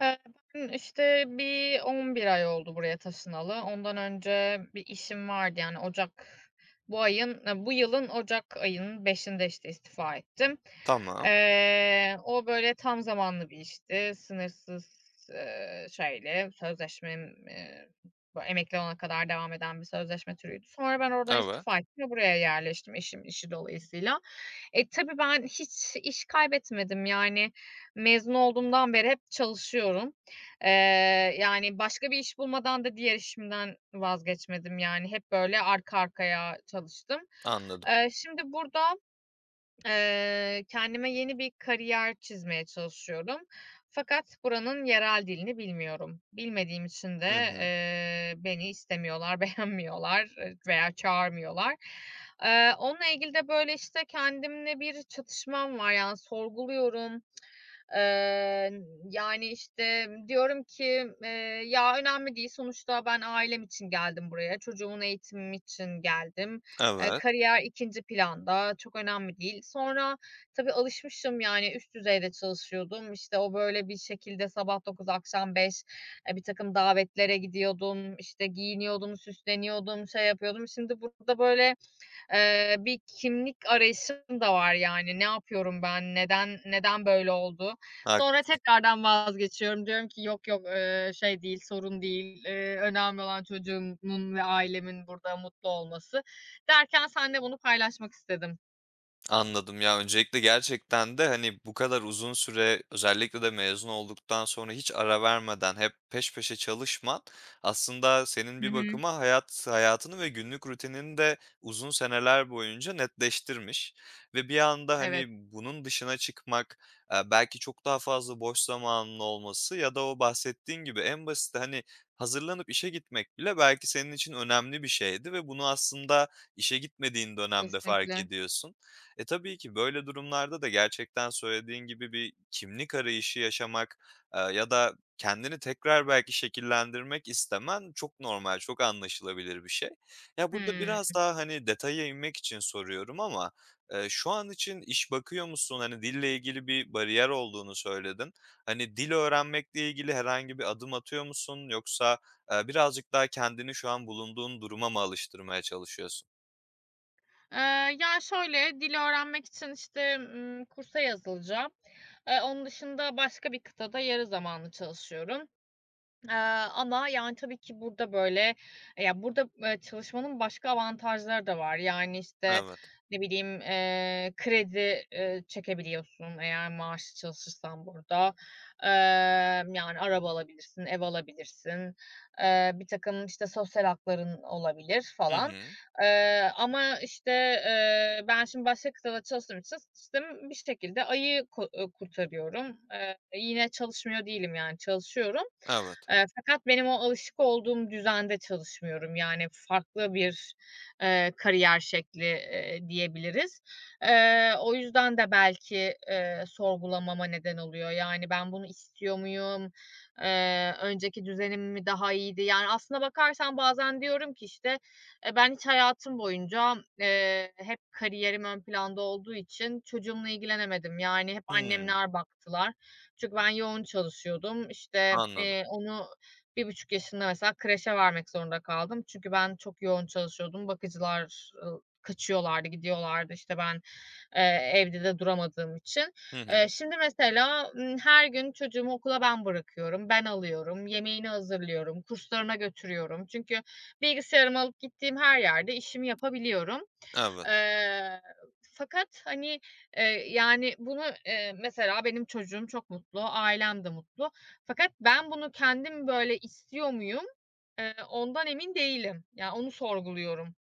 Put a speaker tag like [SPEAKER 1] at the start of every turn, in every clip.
[SPEAKER 1] Eee, Ben, işte, bir 11 ay oldu buraya taşınalı. Ondan önce bir işim vardı, yani, ocak bu ayın bu yılın ocak ayının 5'inde işte, istifa ettim.
[SPEAKER 2] Tamam,
[SPEAKER 1] O, böyle, tam zamanlı bir işti. Sınırsız, şeyle sözleşmem, böyle, emekli olana kadar devam eden bir sözleşme türüydü. Sonra ben oradan
[SPEAKER 2] evet,
[SPEAKER 1] istifa ettim ve buraya yerleştim eşimin işi dolayısıyla. E, tabii ben hiç iş kaybetmedim, yani mezun olduğumdan beri hep çalışıyorum. Eee, Yani başka bir iş bulmadan da diğer işimden vazgeçmedim, yani hep böyle arka arkaya çalıştım.
[SPEAKER 2] anladım.
[SPEAKER 1] Şimdi burada, kendime yeni bir kariyer çizmeye çalışıyorum. Fakat buranın yerel dilini bilmiyorum. Bilmediğim için de,
[SPEAKER 2] Hı hı,
[SPEAKER 1] beni istemiyorlar, beğenmiyorlar, veya çağırmıyorlar. Onunla ilgili de böyle, işte, kendimle bir çatışmam var, yani sorguluyorum. Eee, Yani, işte, diyorum ki, "Ya, önemli değil, sonuçta ben ailem için geldim buraya, çocuğumun eğitimi için geldim.
[SPEAKER 2] evet,
[SPEAKER 1] Kariyer ikinci planda, çok önemli değil." Sonra tabii alışmışım, yani, üst düzeyde çalışıyordum. İşte, o, böyle, bir şekilde sabah 9 akşam 5, bir takım davetlere gidiyordum, işte, giyiniyordum, süsleniyordum, şey yapıyordum. Şimdi burada, böyle, bir kimlik arayışım da var, yani. Ne yapıyorum ben? Neden böyle oldu? Sonra tekrardan vazgeçiyorum. Diyorum ki yok yok, şey değil, sorun değil. Önemli olan çocuğumun ve ailemin burada mutlu olması derken seninle bunu paylaşmak istedim.
[SPEAKER 2] anladım. Ya, öncelikle gerçekten de, hani, bu kadar uzun süre özellikle de mezun olduktan sonra hiç ara vermeden hep peş peşe çalışman aslında senin
[SPEAKER 1] Hı
[SPEAKER 2] bir
[SPEAKER 1] hı.
[SPEAKER 2] bakıma hayatını ve günlük rutinini de uzun seneler boyunca netleştirmiş ve bir anda, hani,
[SPEAKER 1] Evet,
[SPEAKER 2] bunun dışına çıkmak, belki çok daha fazla boş zamanının olması ya da o bahsettiğin gibi en basit hani, hazırlanıp işe gitmek bile belki senin için önemli bir şeydi ve bunu aslında işe gitmediğin dönemde fark
[SPEAKER 1] kesinlikle.
[SPEAKER 2] ediyorsun. E, tabii ki böyle durumlarda da gerçekten söylediğin gibi bir kimlik arayışı yaşamak, ya da kendini tekrar belki şekillendirmek istemen çok normal, çok anlaşılabilir bir şey. Ya, burada biraz
[SPEAKER 1] Hımm.
[SPEAKER 2] daha, hani, detaya inmek için soruyorum ama, şu an için iş bakıyor musun? Hani, dille ilgili bir bariyer olduğunu söyledin. Hani, dil öğrenmekle ilgili herhangi bir adım atıyor musun yoksa, birazcık daha kendini şu an bulunduğun duruma mı alıştırmaya çalışıyorsun?
[SPEAKER 1] Eee, Ya, şöyle, dil öğrenmek için, işte, kursa yazılacağım. Onun dışında başka bir kıtada yarı zamanlı çalışıyorum. Eee, Ama yani tabii ki burada böyle, ya, burada, çalışmanın başka avantajları da var. Yani, işte,
[SPEAKER 2] Evet.
[SPEAKER 1] ne bileyim, kredi, çekebiliyorsun eğer maaşlı çalışırsan burada. Yani araba alabilirsin, ev alabilirsin. Bir takım işte, sosyal hakların olabilir
[SPEAKER 2] Hı
[SPEAKER 1] falan.
[SPEAKER 2] hı.
[SPEAKER 1] Ama, işte, ben şimdi başka kıtada çalıştığım için sistem bir şekilde ayı ku kurtarıyorum. Yine çalışmıyor değilim yani çalışıyorum.
[SPEAKER 2] Evet.
[SPEAKER 1] Fakat benim o alışık olduğum düzende çalışmıyorum. Yani farklı bir, kariyer şekli, diyebiliriz. O yüzden de belki, sorgulamama neden oluyor. Yani ben bunu istiyor muyum? Önceki düzenim mi daha iyiydi? Yani aslına bakarsan bazen diyorum ki işte, ben hiç hayatım boyunca, hep kariyerim ön planda olduğu için çocuğumla ilgilenemedim. Yani hep
[SPEAKER 2] Hıı.
[SPEAKER 1] annemler baktılar. Çünkü ben yoğun çalışıyordum. İşte,
[SPEAKER 2] Anladım.
[SPEAKER 1] onu 1,5 yaşında mesela kreşe vermek zorunda kaldım. Çünkü ben çok yoğun çalışıyordum. Bakıcılar, kaçıyorlardı, gidiyorlardı. İşte, ben evde de duramadığım için.
[SPEAKER 2] Hı hı.
[SPEAKER 1] Şimdi mesela, her gün çocuğumu okula ben bırakıyorum, ben alıyorum, yemeğini hazırlıyorum, kurslarına götürüyorum. Çünkü bilgisayarımı alıp gittiğim her yerde işimi yapabiliyorum.
[SPEAKER 2] Evet.
[SPEAKER 1] Eee, Fakat, hani, eee, yani, bunu, mesela benim çocuğum çok mutlu, ailem de mutlu. Fakat ben bunu kendim, böyle, istiyor muyum? Ondan emin değilim. Ya, onu sorguluyorum.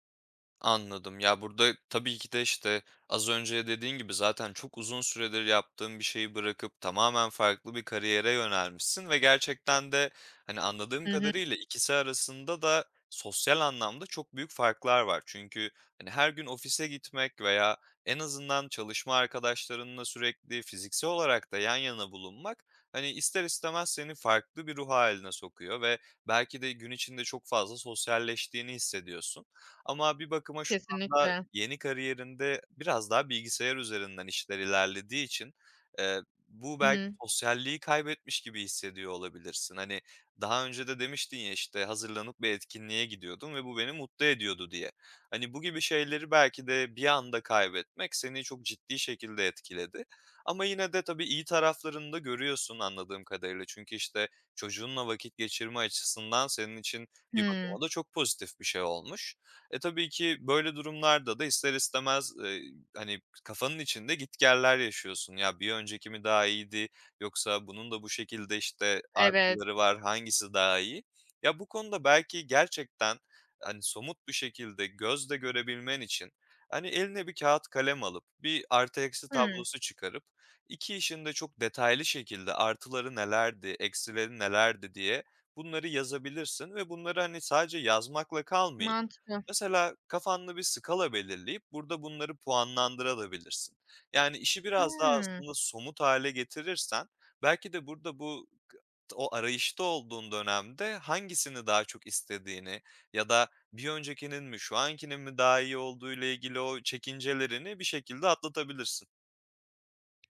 [SPEAKER 2] Anladım. Ya, burada tabii ki de, işte, az önce dediğin gibi zaten çok uzun süredir yaptığın bir şeyi bırakıp tamamen farklı bir kariyere yönelmişsin ve gerçekten de, hani, anladığım
[SPEAKER 1] Hı hı.
[SPEAKER 2] kadarıyla ikisi arasında da sosyal anlamda çok büyük farklar var. Çünkü, hani, her gün ofise gitmek veya en azından çalışma arkadaşlarınla sürekli fiziksel olarak da yan yana bulunmak, hani, ister istemez seni farklı bir ruh hâline sokuyor ve belki de gün içinde çok fazla sosyalleştiğini hissediyorsun. Ama bir bakıma şu anda
[SPEAKER 1] Kesinlikle.
[SPEAKER 2] yeni kariyerinde biraz daha bilgisayar üzerinden işler ilerlediği için, eee, bu
[SPEAKER 1] Hı
[SPEAKER 2] belki
[SPEAKER 1] hı.
[SPEAKER 2] sosyalliği kaybetmiş gibi hissediyor olabilirsin. Hani, daha önce de demiştin ya, işte, hazırlanıp bir etkinliğe gidiyordum ve bu beni mutlu ediyordu diye. Hani, bu gibi şeyleri belki de bir anda kaybetmek seni çok ciddi şekilde etkiledi. Ama yine de tabii iyi taraflarını da görüyorsun anladığım kadarıyla. Çünkü, işte, çocuğunla vakit geçirme açısından senin için bir
[SPEAKER 1] Hımm.
[SPEAKER 2] bakıma da çok pozitif bir şey olmuş. E, tabii ki böyle durumlarda da ister istemez, hani, kafanın içinde gitgeller yaşıyorsun. Ya, bir önceki mi daha iyiydi yoksa bunun da bu şekilde, işte,
[SPEAKER 1] Evet.
[SPEAKER 2] artıları var, hangisi daha iyi? Ya, bu konuda belki gerçekten, hani, somut bir şekilde gözle görebilmen için, hani, eline bir kağıt kalem alıp bir artı eksi
[SPEAKER 1] Hımm,
[SPEAKER 2] tablosu çıkarıp 2 işin de çok detaylı şekilde artıları nelerdi, eksileri nelerdi diye bunları yazabilirsin ve bunları, hani, sadece yazmakla kalmayıp
[SPEAKER 1] mantıklı.
[SPEAKER 2] mesela kafanda bir skala belirleyip burada bunları puanlandırabilirsin. Yani işi biraz daha
[SPEAKER 1] Hımm.
[SPEAKER 2] aslında somut hale getirirsen belki de burada bu o arayışta olduğun dönemde hangisini daha çok istediğini ya da bir öncekinin mi şu ankinin mi daha iyi olduğu ile ilgili o çekincelerini bir şekilde atlatabilirsin.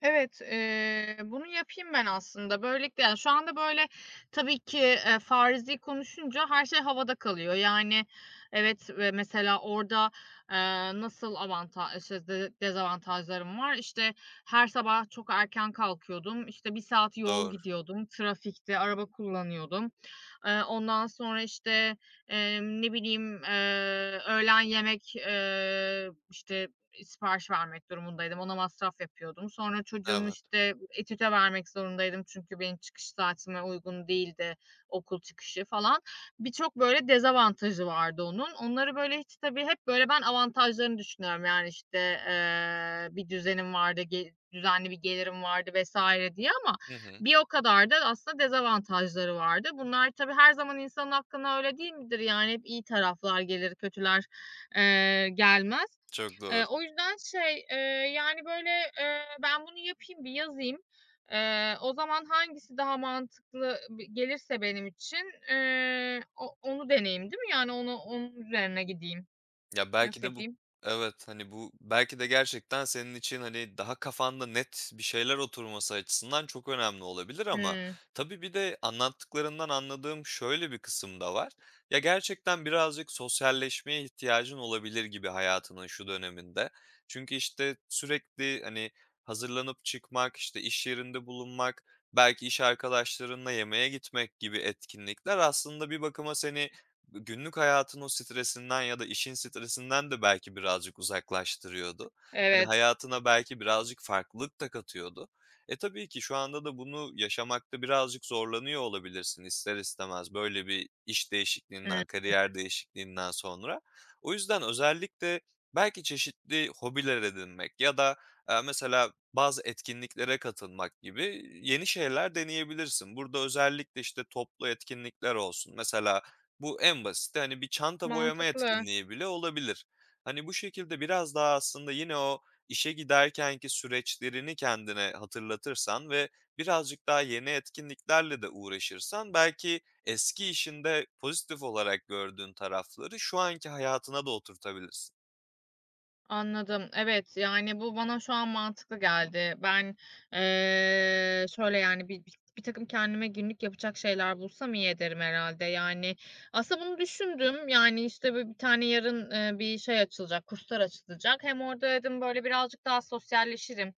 [SPEAKER 1] Evet, bunu yapayım ben aslında. Böylelikle ya, şu anda, böyle, tabii ki, farzi konuşunca her şey havada kalıyor. Yani, evet, mesela orada, eee, nasıl işte, de dezavantajlarım var? İşte, her sabah çok erken kalkıyordum, işte, bir saat yol
[SPEAKER 2] Doğru.
[SPEAKER 1] gidiyordum, trafikte araba kullanıyordum. Ondan sonra, işte, ne bileyim, öğlen yemek, işte, sipariş vermek durumundaydım. Ona masraf yapıyordum. Sonra çocuğumu,
[SPEAKER 2] Evet.
[SPEAKER 1] işte, etüte vermek zorundaydım çünkü benim çıkış saatime uygun değildi okul çıkışı falan. Birçok böyle dezavantajı vardı onun. Onları, böyle, hiç tabii hep, böyle, ben avantajlarını düşünüyorum. Yani, işte, bir düzenim vardı, düzenli bir gelirim vardı vesaire diye ama
[SPEAKER 2] Hı hı.
[SPEAKER 1] bir o kadar da aslında dezavantajları vardı. Bunlar tabii her zaman insanın hakkında öyle değil midir? Yani hep iyi taraflar gelir, kötüler, gelmez.
[SPEAKER 2] Çok doğru.
[SPEAKER 1] O yüzden şey, yani, böyle, ben bunu yapayım, bir yazayım. O zaman hangisi daha mantıklı bi gelirse benim için, o onu deneyeyim, değil mi? Yani, onu onun üzerine gideyim.
[SPEAKER 2] Ya, belki
[SPEAKER 1] Nasıl
[SPEAKER 2] de bu
[SPEAKER 1] yapayım?
[SPEAKER 2] evet, hani, bu belki de gerçekten senin için, hani, daha kafanda net bir şeyler oturması açısından çok önemli olabilir ama
[SPEAKER 1] Hımm.
[SPEAKER 2] tabii bir de anlattıklarından anladığım şöyle bir kısım da var. Ya, gerçekten birazcık sosyalleşmeye ihtiyacın olabilir gibi hayatının şu döneminde. Çünkü, işte, sürekli, hani, hazırlanıp çıkmak, işte, iş yerinde bulunmak, belki iş arkadaşlarınla yemeğe gitmek gibi etkinlikler aslında bir bakıma seni günlük hayatın o stresinden ya da işin stresinden de belki birazcık uzaklaştırıyordu. Hani,
[SPEAKER 1] Evet.
[SPEAKER 2] hayatına belki birazcık farklılık da katıyordu. E, tabii ki şu anda da bunu yaşamakta birazcık zorlanıyor olabilirsin ister istemez böyle bir iş
[SPEAKER 1] Hımm.
[SPEAKER 2] değişikliğinden, kariyer değişikliğinden sonra. O yüzden özellikle belki çeşitli hobiler edinmek ya da, mesela bazı etkinliklere katılmak gibi yeni şeyler deneyebilirsin. Burada özellikle, işte, toplu etkinlikler olsun. Mesela bu en basiti, hani, bir çanta boyama
[SPEAKER 1] Mantıklı.
[SPEAKER 2] etkinliği bile olabilir. Hani, bu şekilde biraz daha aslında yine o işe giderkenki süreçlerini kendine hatırlatırsan ve birazcık daha yeni etkinliklerle de uğraşırsan belki eski işinde pozitif olarak gördüğün tarafları şu anki hayatına da oturtabilirsin.
[SPEAKER 1] Anladım. Evet, yani, bu bana şu an mantıklı geldi. Ben, şöyle, yani, bir takım kendime günlük yapacak şeyler bulsam iyi ederim herhâlde. Yani, aslında bunu düşündüm. Yani, işte, böyle, bir tane yarın, bir şey açılacak, kurslar açılacak. Hem orada dedim, böyle, birazcık daha sosyalleşirim.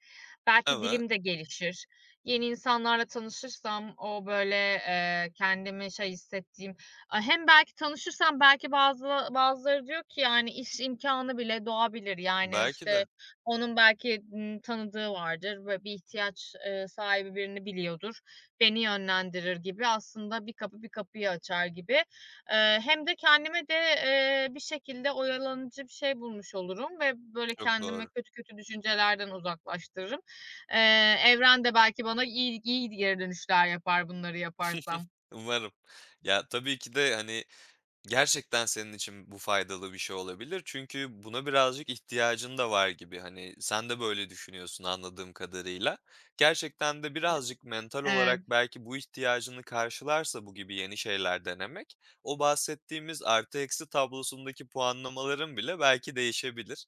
[SPEAKER 1] Belki
[SPEAKER 2] Evet,
[SPEAKER 1] dilim de gelişir. Yeni insanlarla tanışırsam o, böyle, kendimi şey hissettiğim, A, hem belki tanışırsan belki bazıları diyor ki, yani, iş imkânı bile doğabilir. Yani,
[SPEAKER 2] belki
[SPEAKER 1] işte,
[SPEAKER 2] de.
[SPEAKER 1] onun belki, tanıdığı vardır ve bir ihtiyaç, sahibi birini biliyordur, beni yönlendirir gibi aslında bir kapı bir kapıyı açar gibi. Hem de kendime de, bir şekilde oyalanıcı bir şey bulmuş olurum ve böyle
[SPEAKER 2] Çok
[SPEAKER 1] kendimi
[SPEAKER 2] doğru.
[SPEAKER 1] kötü kötü düşüncelerden uzaklaştırırım. Evren de belki bana iyi iyi geri dönüşler yapar bunları yaparsam.
[SPEAKER 2] Umarım. Ya, tabii ki de, hani, gerçekten senin için bu faydalı bir şey olabilir. Çünkü buna birazcık ihtiyacın da var gibi. Hani sen de böyle düşünüyorsun anladığım kadarıyla. Gerçekten de birazcık mental
[SPEAKER 1] Evet.
[SPEAKER 2] olarak belki bu ihtiyacını karşılarsa bu gibi yeni şeyler denemek, o bahsettiğimiz artı eksi tablosundaki puanlamaların bile belki değişebilir.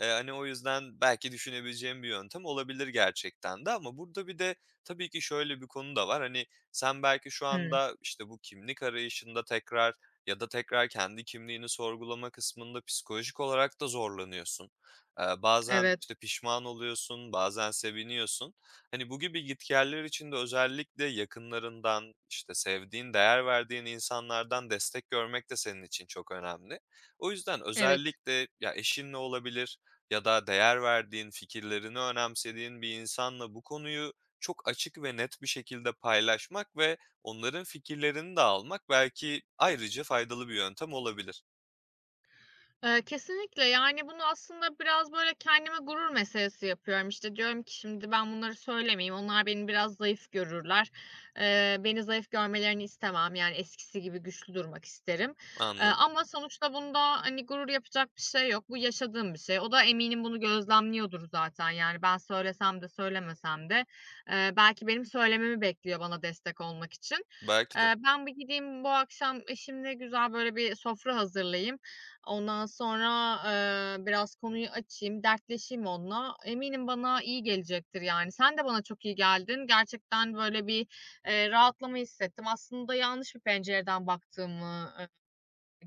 [SPEAKER 2] Hani o yüzden belki düşünebileceğim bir yöntem olabilir gerçekten de. Ama burada bir de tabii ki şöyle bir konu da var. Hani sen belki şu
[SPEAKER 1] Hıı.
[SPEAKER 2] anda işte bu kimlik arayışında tekrar ya da tekrar kendi kimliğini sorgulama kısmında psikolojik olarak da zorlanıyorsun. Bazen,
[SPEAKER 1] Evet.
[SPEAKER 2] işte, pişman oluyorsun, bazen seviniyorsun. Hani, bu gibi gitgeller için de özellikle yakınlarından, işte, sevdiğin, değer verdiğin insanlardan destek görmek de senin için çok önemli. O yüzden
[SPEAKER 1] Evet.
[SPEAKER 2] özellikle ya eşinle olabilir ya da değer verdiğin, fikirlerini önemsediğin bir insanla bu konuyu çok açık ve net bir şekilde paylaşmak ve onların fikirlerini de almak belki ayrıca faydalı bir yöntem olabilir.
[SPEAKER 1] Kesinlikle, yani, bunu aslında biraz, böyle, kendime gurur meselesi yapıyorum. İşte, diyorum ki şimdi ben bunları söylemeyeyim, onlar beni biraz zayıf görürler. Beni zayıf görmelerini istemem, yani, eskisi gibi güçlü durmak isterim.
[SPEAKER 2] Anladım.
[SPEAKER 1] Ama sonuçta bunda, hani, gurur yapacak bir şey yok. Bu yaşadığım bir şey. O da eminim bunu gözlemliyordur zaten, yani, ben söylesem de söylemesem de, belki benim söylememi bekliyor bana destek olmak için.
[SPEAKER 2] Belki de.
[SPEAKER 1] Ben bir gideyim bu akşam eşimle güzel, böyle, bir sofra hazırlayayım. Ondan sonra, biraz konuyu açayım, dertleşeyim onunla. Eminim bana iyi gelecektir yani. Sen de bana çok iyi geldin. Gerçekten böyle bir, rahatlama hissettim. Aslında yanlış bir pencereden baktığımı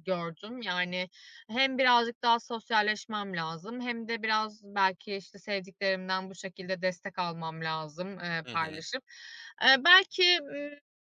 [SPEAKER 1] gördüm. Yani hem birazcık daha sosyalleşmem lazım hem de biraz belki, işte, sevdiklerimden bu şekilde destek almam lazım,
[SPEAKER 2] Hı hı.
[SPEAKER 1] paylaşıp. Belki,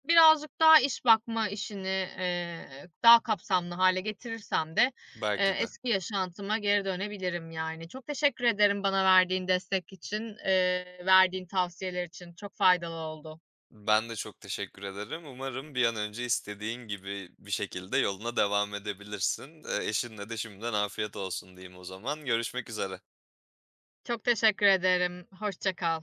[SPEAKER 1] birazcık daha iş bakma işini, daha kapsamlı hale getirirsem de,
[SPEAKER 2] Belki de.
[SPEAKER 1] eski yaşantıma geri dönebilirim, yani. Çok teşekkür ederim bana verdiğin destek için, verdiğin tavsiyeler için. Çok faydalı oldu.
[SPEAKER 2] Ben de çok teşekkür ederim. Umarım bir an önce istediğin gibi bir şekilde yoluna devam edebilirsin. Eşinle de şimdiden afiyet olsun diyeyim o zaman. Görüşmek üzere.
[SPEAKER 1] Çok teşekkür ederim. Hoşça kal.